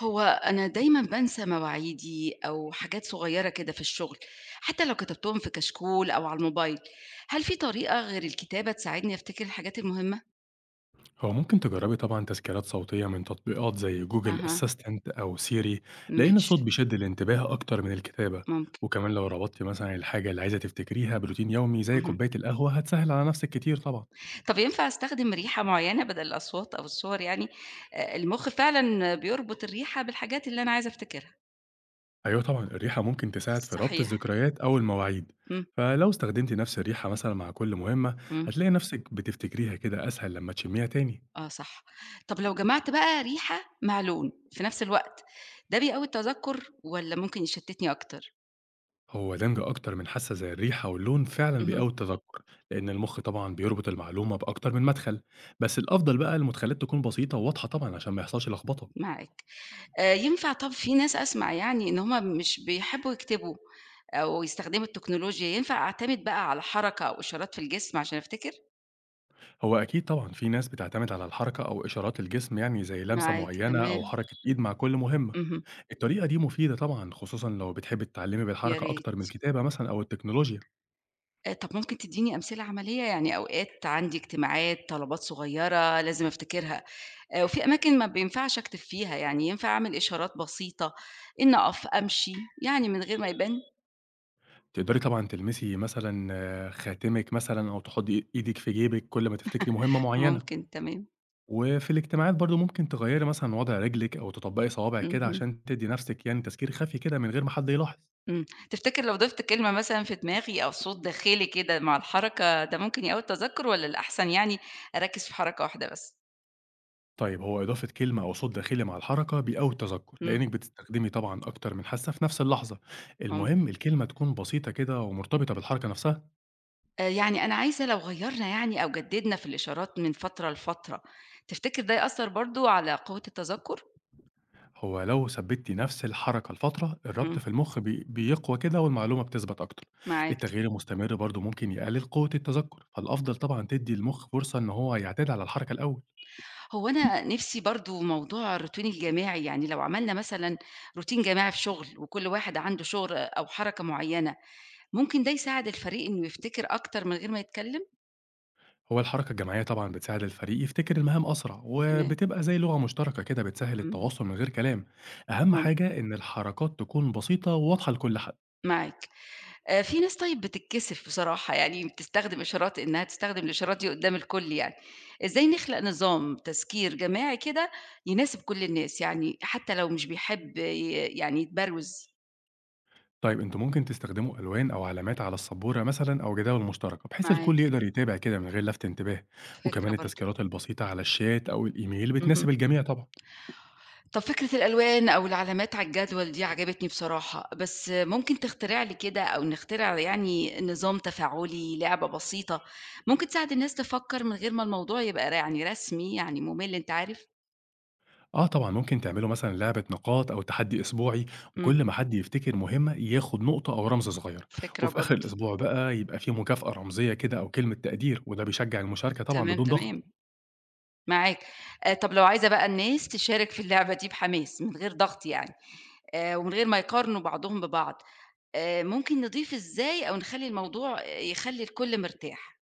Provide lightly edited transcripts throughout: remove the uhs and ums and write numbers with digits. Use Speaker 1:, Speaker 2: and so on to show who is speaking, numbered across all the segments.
Speaker 1: هو أنا دايمًا بانسى مواعيدي أو حاجات صغيرة كده في الشغل، حتى لو كتبتهم في كشكول أو على الموبايل، هل في طريقة غير الكتابة تساعدني أفتكر الحاجات المهمة؟
Speaker 2: هو ممكن تجربي طبعًا تسجيلات صوتية من تطبيقات زي جوجل
Speaker 1: أها،
Speaker 2: أسيستنت أو سيري، لأن
Speaker 1: ماشي،
Speaker 2: الصوت بيشد الانتباه أكتر من الكتابة،
Speaker 1: ممكن،
Speaker 2: وكمان لو ربطتِ مثلًا الحاجة اللي عايزة تفتكريها بروتين يومي زي
Speaker 1: اهم.
Speaker 2: كوباية القهوة هتسهل على نفسِك كتير طبعًا.
Speaker 1: طب ينفع أستخدم ريحة معينة بدل الأصوات أو الصور يعني؟ المُخ فعلًا بيربط الريحة بالحاجات اللي أنا عايزة أفتكرها.
Speaker 2: أيوه طبعًا، الريحة ممكن تساعد في ربط
Speaker 1: صحيح،
Speaker 2: الذكريات أو المواعيد،
Speaker 1: إمم،
Speaker 2: فلو استخدمتِ نفس الريحة مثلًا مع كل مهمة
Speaker 1: إمم،
Speaker 2: هتلاقي نفسِك بتفتكريها كده أسهل لما تشميها تاني.
Speaker 1: آه صح. طب لو جمعت بقى ريحة مع لون في نفس الوقت، ده بيقوي التذكُّر والّا ممكن يشتتني أكتر؟
Speaker 2: هو دمج أكتر من حاسة زي الريحة واللون فعلا
Speaker 1: اهم.
Speaker 2: بيقوي التذكر لأن المخ طبعا بيربط المعلومة بأكتر من مدخل، بس الأفضل بقى المدخلات تكون بسيطة وواضحة طبعا عشان ما يحصلش لخبطة.
Speaker 1: معاك. ينفع طَب في ناس أسمع يعني إن هم مش بيحبّوا يكتبوا أو يستخدموا التكنولوجيا، ينفع أعتمد بقى على حركة أو إشارات في الجسم عشان أفتكر؟
Speaker 2: هو أكيد طبعا في ناس بتعتمد على الحركة أو إشارات الجسم يعني زي لمسة
Speaker 1: معاك،
Speaker 2: معينة
Speaker 1: تمام،
Speaker 2: أو حركة إيد مع كل مهمة.
Speaker 1: اهم،
Speaker 2: الطريقة دي مفيدة طبعا خصوصا لو بتحبي تتعلمي
Speaker 1: يا
Speaker 2: بالحركة أكتر من
Speaker 1: ريت.
Speaker 2: الكتابة مثلا أو التكنولوجيا.
Speaker 1: طَب ممكن تدّيني أمثلة عملية؟ يعني أوقات عندي اجتماعات، طلبات صغيّرة لازم أفتكرها، وفي أماكن ما بينفعش أكتب فيها، يعني ينفع أعمل إشارات بسيطة، إنّي أقف، أمشي، يعني من غير ما يبان؟
Speaker 2: تقدري طبعا تلمسي مثلا آه، خاتمك مثلا أو تحطي إيدك في جيبك كل ما تفتكري مهمة معينة.
Speaker 1: ممكن، تمام،
Speaker 2: وفي الاجتماعات برضه ممكن تغيّري مثلًا وضع رجلِك أو تطبّقي صوابعِك كده
Speaker 1: اهم.
Speaker 2: عشان تدّي نَفْسِك يعني تذكير خفي كده من غير ما حد يلاحظ.
Speaker 1: إمم، تفتكر لو ضِفت كلمة مثلًا في دماغي أو صوت داخلي كده مع الحركة ده ممكن يقوي التذكُّر والّا الأحسن يعني أركّز في حركة واحدة بس؟
Speaker 2: طيب هو إضافة كلمة أو صوت داخلي مع الحركة بيقوّي التذكُّر،
Speaker 1: إمم،
Speaker 2: لإنِّك بتستخدمي طبعًا أكتر من حاسة في نَفْس اللحظة.
Speaker 1: ممكن.
Speaker 2: المهم الكلمة تكون بسيطة كده ومرتبطة بالحركة نَفْسها.
Speaker 1: يعني أنا عايزة لو غيّرنا يعني أو جدّدنا في الإشارات من فترة لفترة، تفتكر ده يأثّر برضه على قوة التذكُّر؟
Speaker 2: هو لو ثبّتِ نَفْس الحركة لفترة، الربط
Speaker 1: إمم،
Speaker 2: في المُخ بيقوى كده والمعلومة بتثبت أكتر.
Speaker 1: معاك.
Speaker 2: التغيير المستمر برضه ممكن يقلِّل قوة التذكُّر، فالأفضل طبعًا تدّي المُخ فرصة إن هو يعتاد على الحركة الأول.
Speaker 1: هو أنا نِفْسي برضه موضوع الروتين الجماعي، يعني لو عملنا مثلًا روتين جماعي في شُغل وكل واحد عنده شُغل أو حركة معيّنة، ممكن ده يساعد الفريق إنه يفتكر أكتر من غير ما يتكلّم؟
Speaker 2: هو الحركة الجماعية طبعا بتساعد الفريق يفتكر المهام أسرع
Speaker 1: تمام،
Speaker 2: وبتبقى زي لغة مشتركة كده بتسهل
Speaker 1: إمم،
Speaker 2: التواصل من غير كلام. أهم
Speaker 1: ممكن.
Speaker 2: حاجة إن الحركات تكون بسيطة وواضحة لكل حد.
Speaker 1: معاك. في ناس طيب بتتكسف بصراحة، يعني بتستخدم إشارات إنها تستخدم الإشارات دي قدّام الكل يعني. إزاي نخلق نظام تذكير جماعي كده يناسب كل الناس، يعني حتى لو مش بيحب يعني يتبروز؟
Speaker 2: طيب انتوا ممكن تستخدموا ألوان أو علامات على السبورة مثلا أو جداول مشتركة بحيث الكل
Speaker 1: معاك،
Speaker 2: يقدر يتابع كده من غير لفت انتباه.
Speaker 1: فكرة
Speaker 2: وكمان
Speaker 1: برضه.
Speaker 2: التذكيرات البسيطة على الشات أو الإيميل
Speaker 1: اهم.
Speaker 2: بتناسب الجميع طبعا.
Speaker 1: طب فكرة الألوان أو العلامات على الجدول دي عجبتني بصراحة، بس ممكن تخترع لي كده أو نخترع يعني نظام تفاعلي، لعبة بسيطة، ممكن تساعد الناس تفكر من غير ما الموضوع يبقى يعني رسمي يعني ممل أنت عارف؟
Speaker 2: آه طبعًا، ممكن تعملوا مثلًا لعبة نقاط أو تحدّي أسبوعي،
Speaker 1: إمم.
Speaker 2: وكل ما حد يفتكر مهمة ياخد نقطة أو رمز صغير،
Speaker 1: فكرة
Speaker 2: وفي آخر
Speaker 1: برضه،
Speaker 2: الأسبوع بقى يبقى في مكافأة رمزية كده أو كلمة تقدير، وده بيشجّع المشاركة طبعًا
Speaker 1: تمام،
Speaker 2: بدون
Speaker 1: تمام،
Speaker 2: ضغط.
Speaker 1: معاك. طب لو عايزة بقى الناس تشارك في اللعبة دي بحماس من غير ضغط يعني، ومن غير ما يقارنوا بعضهم ببعض، ممكن نضيف إزاي أو نخلّي الموضوع آه، يخلّي الكل مرتاح؟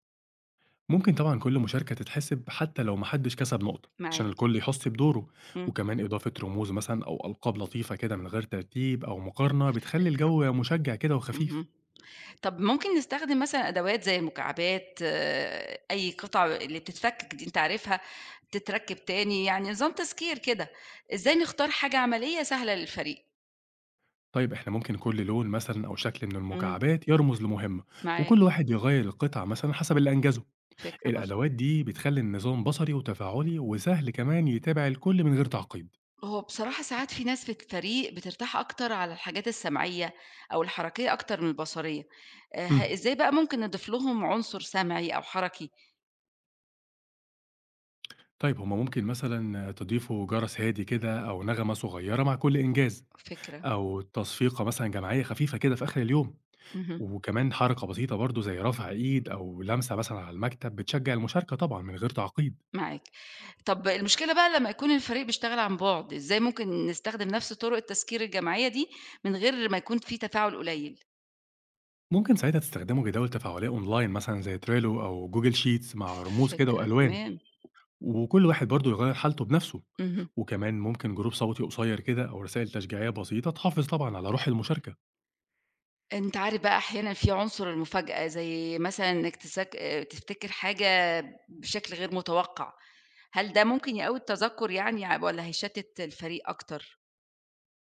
Speaker 2: ممكن طبعًا كل مشاركة تتحسب حتى لو ما حدش كسب نقطة، عشان
Speaker 1: معاك،
Speaker 2: الكل يحس بدوره،
Speaker 1: إمم،
Speaker 2: وكمان إضافة رموز مثلًا أو ألقاب لطيفة كده من غير ترتيب أو مقارنة بتخلّي
Speaker 1: فكرة برضه،
Speaker 2: الجو مشجّع كده وخفيف.
Speaker 1: اهم. طب ممكن نستخدم مثلًا أدوات زي المكعبات، آه، أي قطع اللي بتتفكك دي أنت عارفها، تتركب تاني، يعني نظام تذكير كده. إزاي نختار حاجة عملية سهلة للفريق؟
Speaker 2: طيب إحنا ممكن كل لون مثلًا أو شكل من
Speaker 1: إمم،
Speaker 2: المكعبات يرمز لمهمة، وكل
Speaker 1: معاك،
Speaker 2: واحد يغيّر القطعة مثلًا حسب اللي أنجزه.
Speaker 1: فكرة برضه.
Speaker 2: الأدوات دي بتخلي النظام بصري وتفاعلي وسهل كمان يتابع الكل من غير تعقيد.
Speaker 1: هو بصراحة ساعات في ناس في الفريق بترتاح أكتر على الحاجات السمعية أو الحركية أكتر من البصرية آه،
Speaker 2: مم.
Speaker 1: إزاي بقى ممكن نضيف لهم عنصر سمعي أو حركي
Speaker 2: طيب هما ممكن مثلا تضيفوا جرس هادي كده أو نغمة صغيرة مع كل إنجاز،
Speaker 1: فكرة
Speaker 2: أو تصفيقة مثلا جماعية خفيفة كده في آخر اليوم.
Speaker 1: مهم.
Speaker 2: وكمان حركة بسيطة برضو زي رفع إيد أو لمسة مثلا على المكتب بتشجع المشاركة طبعا من غير تعقيد.
Speaker 1: معاك طب المشكلة بقى لما يكون الفريق بيشتغل عن بعد إزاي ممكن نستخدم نفس طرق التذكير الجماعية دي من غير ما يكون في تفاعل قليل
Speaker 2: ممكن ساعتها تستخدموا جداول تفاعلية أونلاين مثلا زي تريلو أو جوجل شيتس مع رموز كده
Speaker 1: فكرة
Speaker 2: وألوان،
Speaker 1: تمام
Speaker 2: وكل واحد برضه يغيّر حالته بنفسه،
Speaker 1: مهم.
Speaker 2: وكمان ممكن جروب صوتي قصير كده أو رسائل تشجيعية بسيطة تحافظ طبعًا على روح المشاركة.
Speaker 1: أنت عارف بقى أحيانًا في عنصر المفاجأة، زي مثلًا إنك تذاك تفتكر حاجة بشكل غير متوقع، هل ده ممكن يقوي التذكُّر يعني والّا هيشتِّت الفريق أكتر؟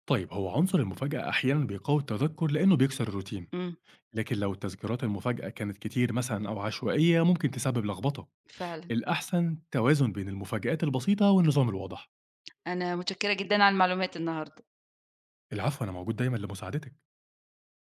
Speaker 2: طيب هو عنصر المفاجأة أحيانًا بيقوي التذكر لإنه بيكسر الروتين،
Speaker 1: إمم،
Speaker 2: لكن لو التذكيرات المفاجأة كانت كتير مثلًا أو عشوائية ممكن تسبب لخبطة.
Speaker 1: فعلًا،
Speaker 2: الأحسن توازن بين المفاجآت البسيطة والنظام الواضح.
Speaker 1: أنا متشكرة جدًا على المعلومات النهارده.
Speaker 2: العفو، أنا موجود دايمًا لمساعدتك.